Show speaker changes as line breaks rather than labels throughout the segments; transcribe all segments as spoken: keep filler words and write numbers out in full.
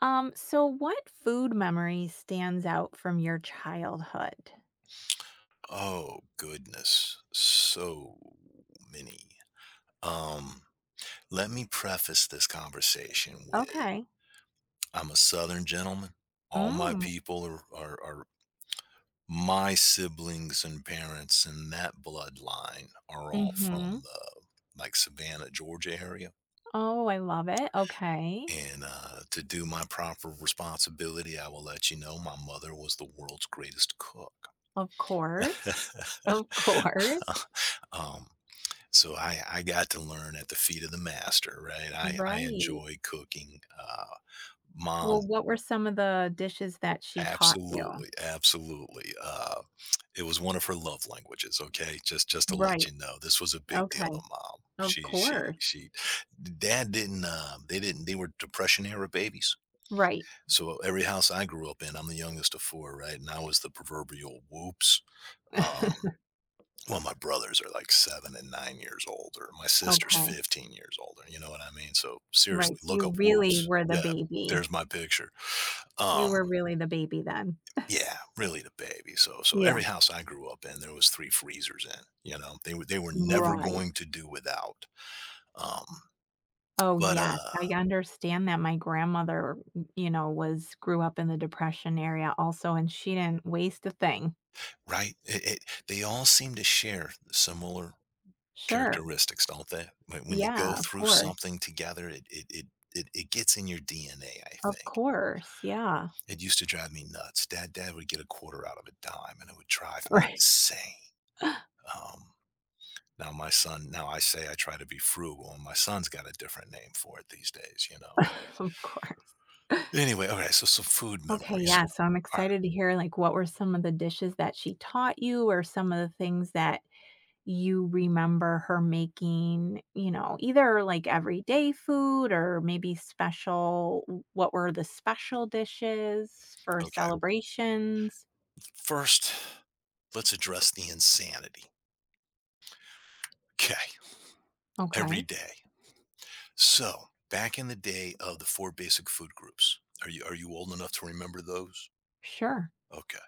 Um, so what food memory stands out from your childhood?
Oh, goodness. So many. Um, Let me preface this conversation with
Okay.
I'm a Southern gentleman. All my
Mm.
people are, are, are my siblings and parents, and that bloodline are all from
Mm-hmm.
the like Savannah, Georgia area.
Oh, I love it. Okay.
And uh, to do my proper responsibility, I will let you know my mother was the world's greatest cook.
Of course. Of course.
um, So I I got to learn at the feet of the master, right? I I
Right.
enjoy cooking. Uh, mom,
Well, what were some of the dishes that she taught you?
absolutely, absolutely. Uh, it was one of her love languages. Okay, just just to let
Right.
you know, this was a big deal to
Okay.
mom.
Of
She she
course.
she. Dad didn't. Um, they didn't. They were depression era babies.
Right.
So every house I grew up in, I'm the youngest of four, right? And I was the proverbial whoops. Um, Well, my brothers are like seven and nine years older. My sister's
Okay.
fifteen years older, you know what I mean? So seriously,
Right. So
look
you
up
really
Whoops.
were the
Yeah,
baby.
there's my picture.
You
Um,
were really the baby then.
yeah, really the baby. So so every
Yeah.
house I grew up in, there was three freezers in, you know. They were they were never
Right.
going to do without. Um,
Oh,
but,
yes,
uh
I understand that my grandmother, you know, was grew up in the Depression area also, and she didn't waste a thing.
right? It it They all seem to share similar
Sure.
characteristics, don't they? When when you
Yeah,
go
of
through
course.
something together, it it it it it gets in your D N A, I
Of
think.
course, yeah.
It used to drive me nuts. Dad dad would get a quarter out of a dime, and it would drive me
Right.
insane. Um, Now my son, now I say I try to be frugal, and my son's got a different name for it these days, you know?
Of course.
But anyway, okay, so some food
Okay,
memories.
yeah, so I'm
Alright.
excited to hear, like, what were some of the dishes that she taught you or some of the things that you remember her making, you know, either like everyday food or maybe special what were the special dishes for
Okay.
celebrations?
First, let's address the insanity. Okay. Every
Okay,
day. So, back in the day of the four basic food groups, are you are you old enough to remember those?
sure.
Okay.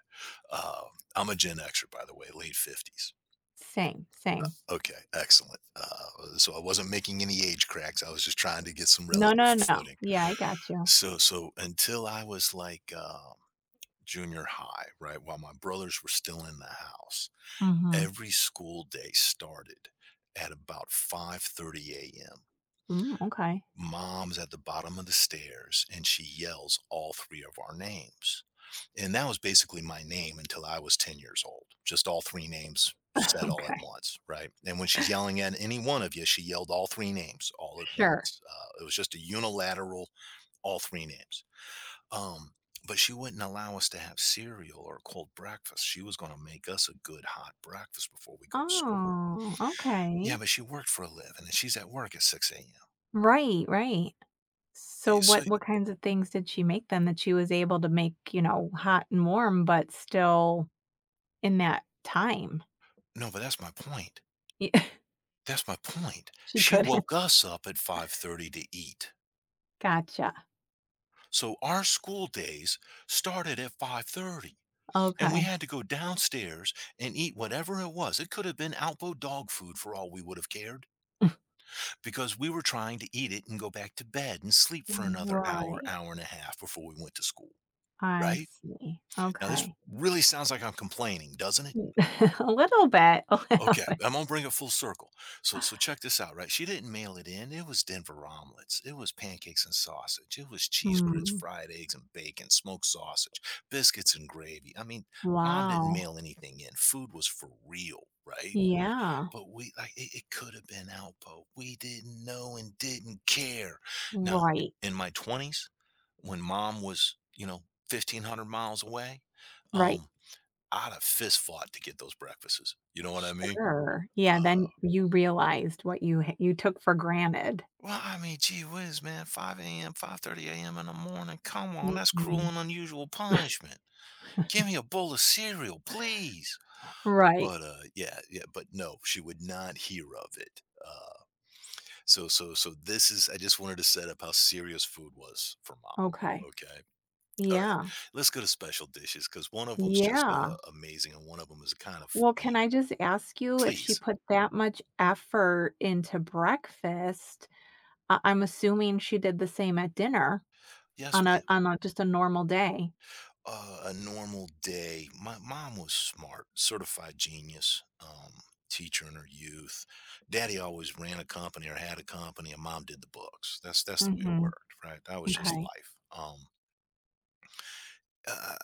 Um, I'm a Gen Xer, by the way, late fifties.
Same, same.
Okay, excellent. Uh, so I wasn't making any age cracks, I was just trying to get some
No,
relative
no, no.
footing.
Yeah, I got you.
So so until I was, like, um, junior high, right, while my brothers were still in the house,
Mhm.
every school day started at about five thirty a m
Mm, okay.
Mom's at the bottom of the stairs and she yells all three of our names. And that was basically my name until I was ten years old, just all three names said all at
Okay.
once, right? And when she's yelling at any one of you, she yelled all three names all at
Sure.
once. Uh, it was just a unilateral, all three names. Um, but she wouldn't allow us to have cereal or cold breakfast. She was going to make us a good hot breakfast before we go to school.
Oh,
Yeah,
okay.
but she worked for a living and she's at work at six a m.
Right, right. So
Eh, So,
what what kinds of things did she make then that she was able to make, you know, hot and warm, but still in that time.
no, but that's my point
Y
that's my point.
she
She
couldn't.
woke us up at five thirty to eat.
Gotcha.
So our school days started at five thirty and we
Okay.
had to go downstairs and eat whatever it was. It could have been Alpo dog food for all we would have cared because we were trying to eat it and go back to bed and sleep for another hour,
Right.
hour and a half before we went to school,
I
right?
see.
Now this
Okay.
really sounds like I'm complaining, doesn't it?
Mm. A little bit, a little
Okay,
bit.
I'm gonna bring it full circle. So, so check this out, right? She didn't mail it in. It was Denver omelets. It was pancakes and sausage. It was cheese grits,
Hmm.
fried eggs and bacon, smoked sausage, biscuits and gravy. I mean, mom didn't
Wow.
mail anything in. Food was for real, right?
Yeah.
But we like it, it could have been out, but we didn't know and didn't care. Now,
Right.
in my twenties, when mom was, you know, fifteen hundred miles away,
Right.
um, I'd have fist fought to get those breakfasts. You know what I mean?
Sure. Yeah,
Uh,
then you realized what you ha you took for granted.
Well, I mean, gee whiz, man, five a m, five thirty a m in the morning, come on, that's cruel
Mhm.
and unusual punishment. Give me a bowl of cereal, please.
Right.
But, uh, yeah, yeah, but no, she would not hear of it. Uh, so so so this is, I just wanted to set up how serious food was for mom.
Okay.
Okay. All right.
Yeah.
Let's go to special dishes because one of of 'em's just, uh,
Yeah.
amazing and one of them is kind of
Well, can
funny.
I just ask you if she
Please.
put that much effort into breakfast, I I'm assuming she did the same at dinner
Yes,
on
ma'am.
a on a just a normal day.
Uh, a normal day. My mom was smart, certified genius, um, teacher in her youth. Daddy always ran a company or had a company, and mom did the books. That's that's the way it
Mhm.
worked, right? That was just
Okay,
life. Um, uh,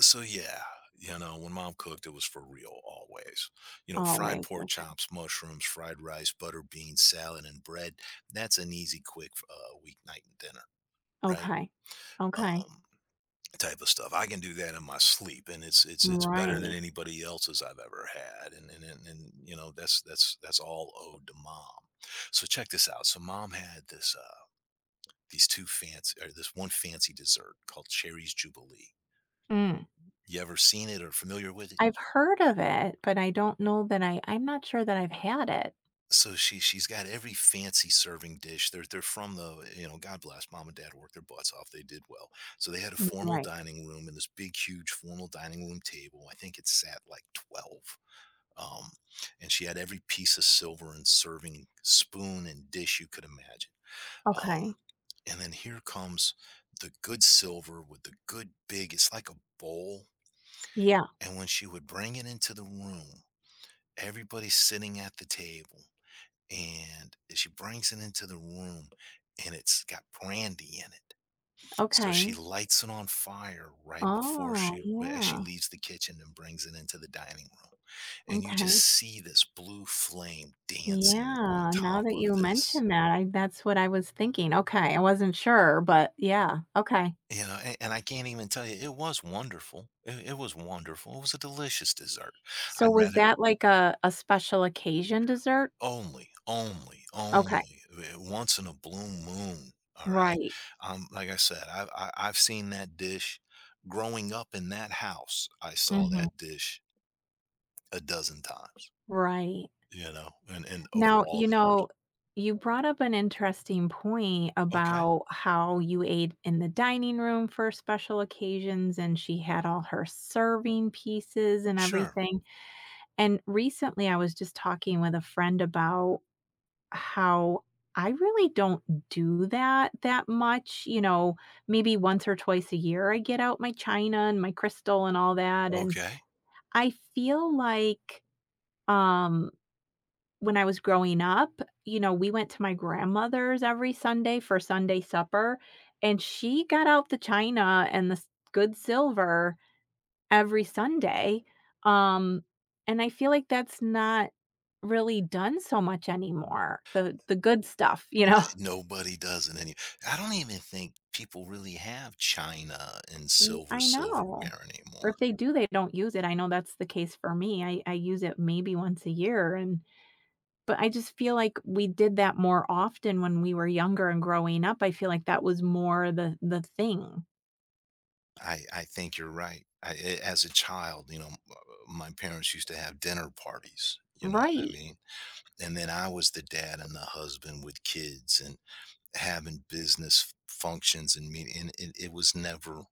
So yeah, you know, when mom cooked, it was for real always. You know, fried
always,
pork
okay,
chops, mushrooms, fried rice, butter beans, salad, and bread. That's an easy, quick uh, weeknight and dinner, right?
okay, okay,
Um, Type of stuff. I can do that in my sleep, and it's it's it's better than
right,
anybody else's I've ever had. And and and, and you know that's that's that's all owed to mom. So check this out. So mom had this uh these two fancy or this one fancy dessert called Cherry's Jubilee.
mm.
You ever seen it or familiar with it?
I've heard of it, but I don't know that I I'm not sure that I've had it.
So she she's got every fancy serving dish. They're they're from the, you know, God bless, mom and dad worked their butts off. They did well. So they had a
Mm,
formal
right,
dining room and this big huge formal dining room table. I think it sat like twelve. Um, and she had every piece of silver and serving spoon and dish you could imagine. Um,
okay,
and then here comes the good silver with the good big, it's like a bowl.
yeah,
And when she would bring it into the room, everybody's sitting at the table. And she brings it into the room and it's got brandy in it, so she
okay.
lights it on fire right before
Oh,
she, as she
yeah,
leaves the kitchen and brings it into the dining room. And you just
okay,
see this blue flame dancing on
yeah, now
top
that
of
you
this.
mention that, I that's what I was thinking, okay, I wasn't sure, but yeah, okay.
You know, and, and I can't even tell you, it was wonderful. It, it was wonderful. It was a delicious dessert.
So
I'd
was
rather
that like a a special occasion dessert?
only, only,
Okay.
only eh, once in a blue moon. All right.
Right.
Um, like I said, I've I, I've seen that dish growing up in that house. I saw
Mhm.
that dish a dozen times.
Right.
You know, and and
Now,
overall
you
the
know, you brought up an interesting point
okay,
about how you ate in the dining room for special occasions and she had all her serving pieces and
sure,
everything. And recently I was just talking with a friend about how I really don't do that that much, you know, maybe once or twice a year I get out my china and my crystal and all that and
okay.
I feel like um when I was growing up, you know, we went to my grandmother's every Sunday for Sunday supper, and she got out the china and the s good silver every Sunday, um, and I feel like that's not really done so much anymore, the the good stuff, you know?
Th Nobody does in any, I don't even think people really have china and
Mm,
silver
I know.
silverware
Or
anymore.
if they do, they don't use it, I know that's the case for me, I I use it maybe once a year, and but I just feel like we did that more often when we were younger and growing up. I feel like that was more the the thing.
I I think you're right. I a As a child, you know, m uh, my parents used to have dinner parties, you know what I
Right.
mean? And then I was the dad and the husband with kids and having business functions and meeting and it it was never,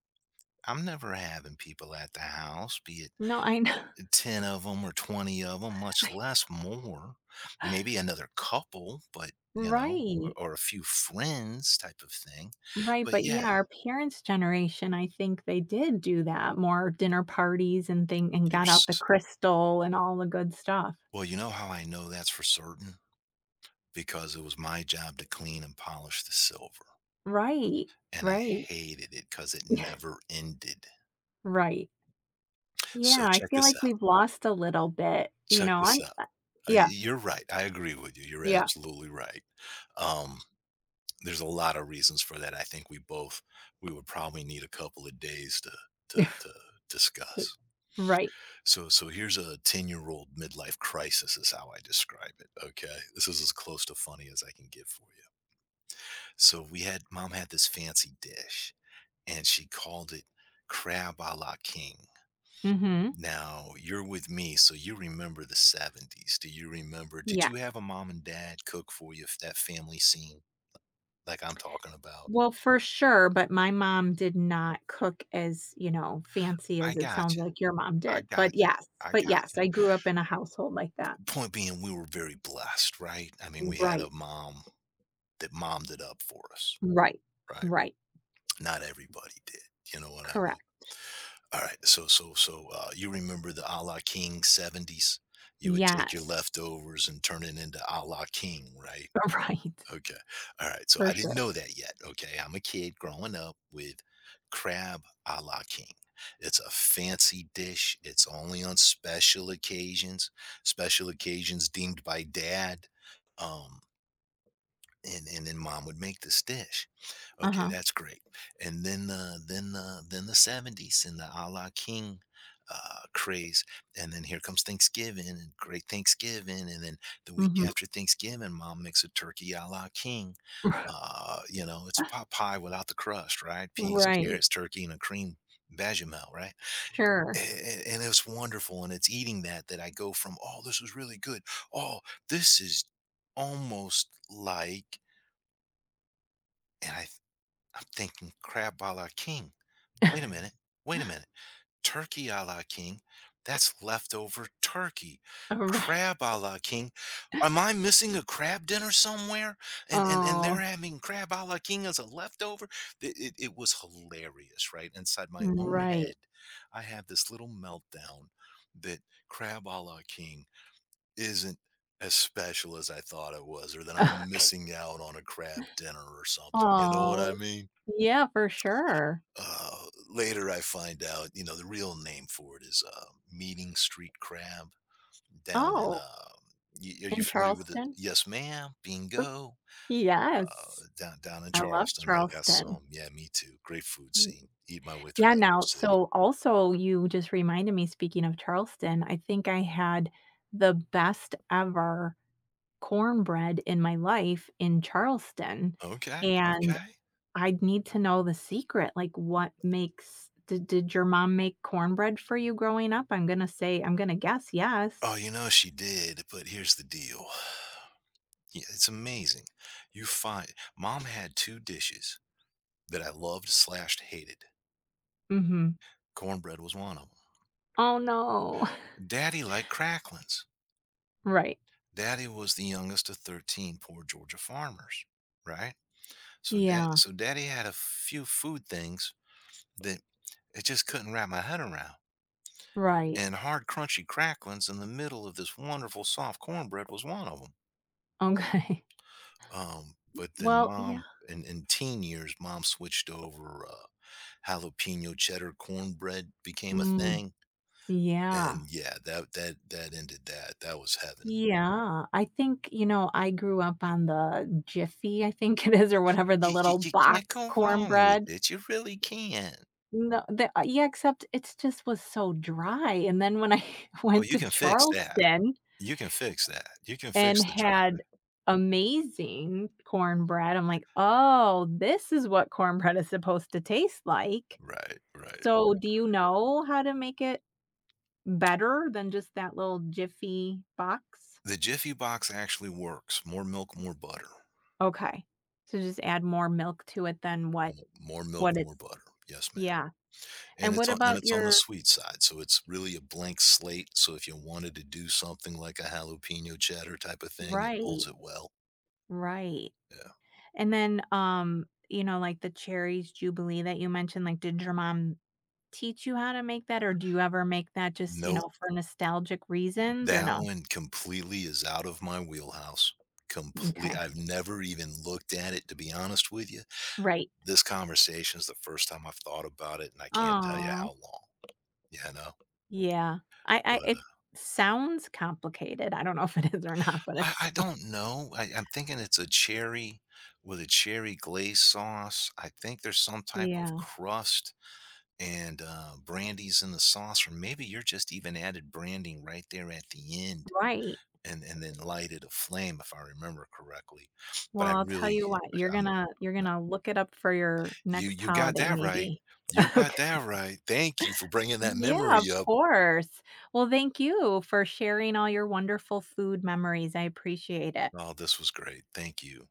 I'm never having people at the house, be it
No, I know.
ten of them or twenty of them, much less more, maybe another couple, but you know, or,
Right.
or a few friends type of thing.
Right,
But
but yeah,
yeah,
our parents' generation, I think they did do that, more dinner parties and thing and
you're
got out the
s-
crystal and all the good stuff.
well, you know how I know that's for certain, because it was my job to clean and polish the silver,
Right,
and I
right.
hated it because it never ended.
Right. Yeah,
So
I
check
feel
this
like
out.
we've lost a little bit, you
Check
know,
this
I'm
out.
uh,
Uh, y-
yeah,
You're right. I agree with you. You're
yeah.
absolutely right. Um, There's a lot of reasons for that. I think we both, we would probably need a couple of days to to to discuss.
Right.
So so here's a ten-year-old midlife crisis is how I describe it, okay? This is as close to funny as I can get for you. So we had, mom had this fancy dish and she called it crab a la king.
Mhm.
Now, you're with me, so you remember the seventies. Do you remember? Did
Yeah.
you have a mom and dad cook for you that family scene like I'm talking about?
Well, for sure, but my mom did not cook as, you know, fancy
I
as it
got
sounds like your mom
I
did, but
gotcha.
yes,
I
but yes,
gotcha.
I grew up in a household like that.
Point being, we were very blessed, right? I mean, we had a
Right,
mom that mommed it up for us,
right,
right?
right,
Not everybody did. You know what I
correct.
mean? All right. So, so, so, uh, you remember the a la King seventies? You would take your
Yes,
leftovers and turn it into a la King, right?
right,
Okay. All right. So
for
I didn't
sure.
know that yet. Okay. I'm a kid growing up with crab a la king. It's a fancy dish. It's only on special occasions, special occasions deemed by dad. Um, and, and then mom would make this dish. Okay,
Uh-huh,
that's great. And then, uh, then, uh, then the seventies and the a la King uh, craze. And then here comes Thanksgiving and great Thanksgiving. And then the week
mhm.
after Thanksgiving, mom makes a turkey a la King. Uh, you know, it's pot pie without the crust, right? Peas,
Right,
carrots, turkey, and a cream bechamel, right?
sure.
And, and it's wonderful. And it's eating that, that I go from, oh, this is really good. Oh, this is almost like, and I, th- I'm thinking crab a la King. Wait a minute. Wait a minute. Turkey a la king. That's leftover turkey.
Oh, right.
Crab a la king. Am I missing a crab dinner somewhere? And and and they're
Oh,
having crab a la king as a leftover. It, it, it was hilarious, right? Inside my own head,
right.
I had this little meltdown that crab a la king isn't as special as I thought it was, or that I'm
Okay.
missing out on a crab dinner or something. You know what I
Oh,
mean?
yeah, for sure.
Uh, later I find out, you know, the real name for it is, uh, meeting street crab down in,
Oh,
um y are you
in
familiar with it?
Charleston?
Yes, ma'am, bingo, uh,
Yes,
down down in
I love
Charleston, they got
Charleston.
some, yeah, me too, great food
Mm,
scene, eat my way through
yeah,
that whole
now
city.
so also you just reminded me, speaking of Charleston, I think I had the best ever cornbread in my life in Charleston,
Okay,
and
okay.
I'd need to know the secret, like, what makes did did your mom make cornbread for you growing up? I'm gonna say I'm gonna guess
Oh,
yes.
you know she did, but here's the deal. Yeah, it's amazing. You find mom had two dishes that I loved/hated. Slashed, hated.
Mhm.
Cornbread was one of them.
Oh, no.
Daddy liked cracklings.
Right.
Daddy was the youngest of thirteen poor Georgia farmers, right? So dad
Yeah.
so daddy had a few food things that it just couldn't wrap my head around,
Right.
and hard crunchy cracklings in the middle of this wonderful soft cornbread was one of them.
Okay.
Um, but then
Well, yeah.
mom in in teen years, mom switched over, uh, jalapeno cheddar cornbread became a
Mm,
thing,
yeah.
and yeah, that that that ended that. That was heaven.
Yeah, I think, you know, I grew up on the Jiffy, I think it is, or whatever, the
You you
little
you can't
box
go wrong with
cornbread.
it, you really can.
No, the uh, yeah, except it's just was so dry, and then when I
Oh,
went
you
to
can fix that.
Charleston
You can fix that. You can
and
fix the dry.
had amazing cornbread, I'm like, "Oh, this is what cornbread is supposed to taste like."
Right, right.
So, do you know how to make it better than just that little Jiffy box?
The Jiffy Box actually works. More milk, more butter.
Okay. So just add more milk to it than what
Mo More
What
milk, more
it's
butter. Yes, ma'am.
yeah,
And
and
it's
what
on, and
about
it's on the
your
sweet side, so it's really a blank slate, so if you wanted to do something like a jalapeno cheddar type of thing, it
right,
holds it well.
right,
Yeah.
and then, um, you know, like, the cherries jubilee that you mentioned, like, did your mom teach you how to make that, or do you ever make that just, you
Nope.
know, for nostalgic reasons, or
That
no?
one completely is out of my wheelhouse. Complete.
Okay.
I've never even looked at it, to be honest with you.
Right.
This conversation is the first time I've thought about it, and I can't tell you how
Oh,
long. You know?
yeah. I
But,
I it
uh,
sounds complicated, I don't know if it is or not, but
I I
it's
don't know. I I'm thinking it's a cherry with a cherry glaze sauce. I think there's some type of
yeah,
crust and, uh, brandy's in the sauce, or maybe you're just even added branding right there at the end
right.
and and then lighted a flame, if I remember correctly. But
Well,
I
I'll tell
really,
you what, you're
I'm,
gonna you're gonna look it up for your
you
next
you got
holiday
that right.
maybe.
You got
Okay.
that right. Thank you for bringing that
Yeah, of
memory up.
course. Well, thank you for sharing all your wonderful food memories. I appreciate it.
Oh, this was great. Thank you.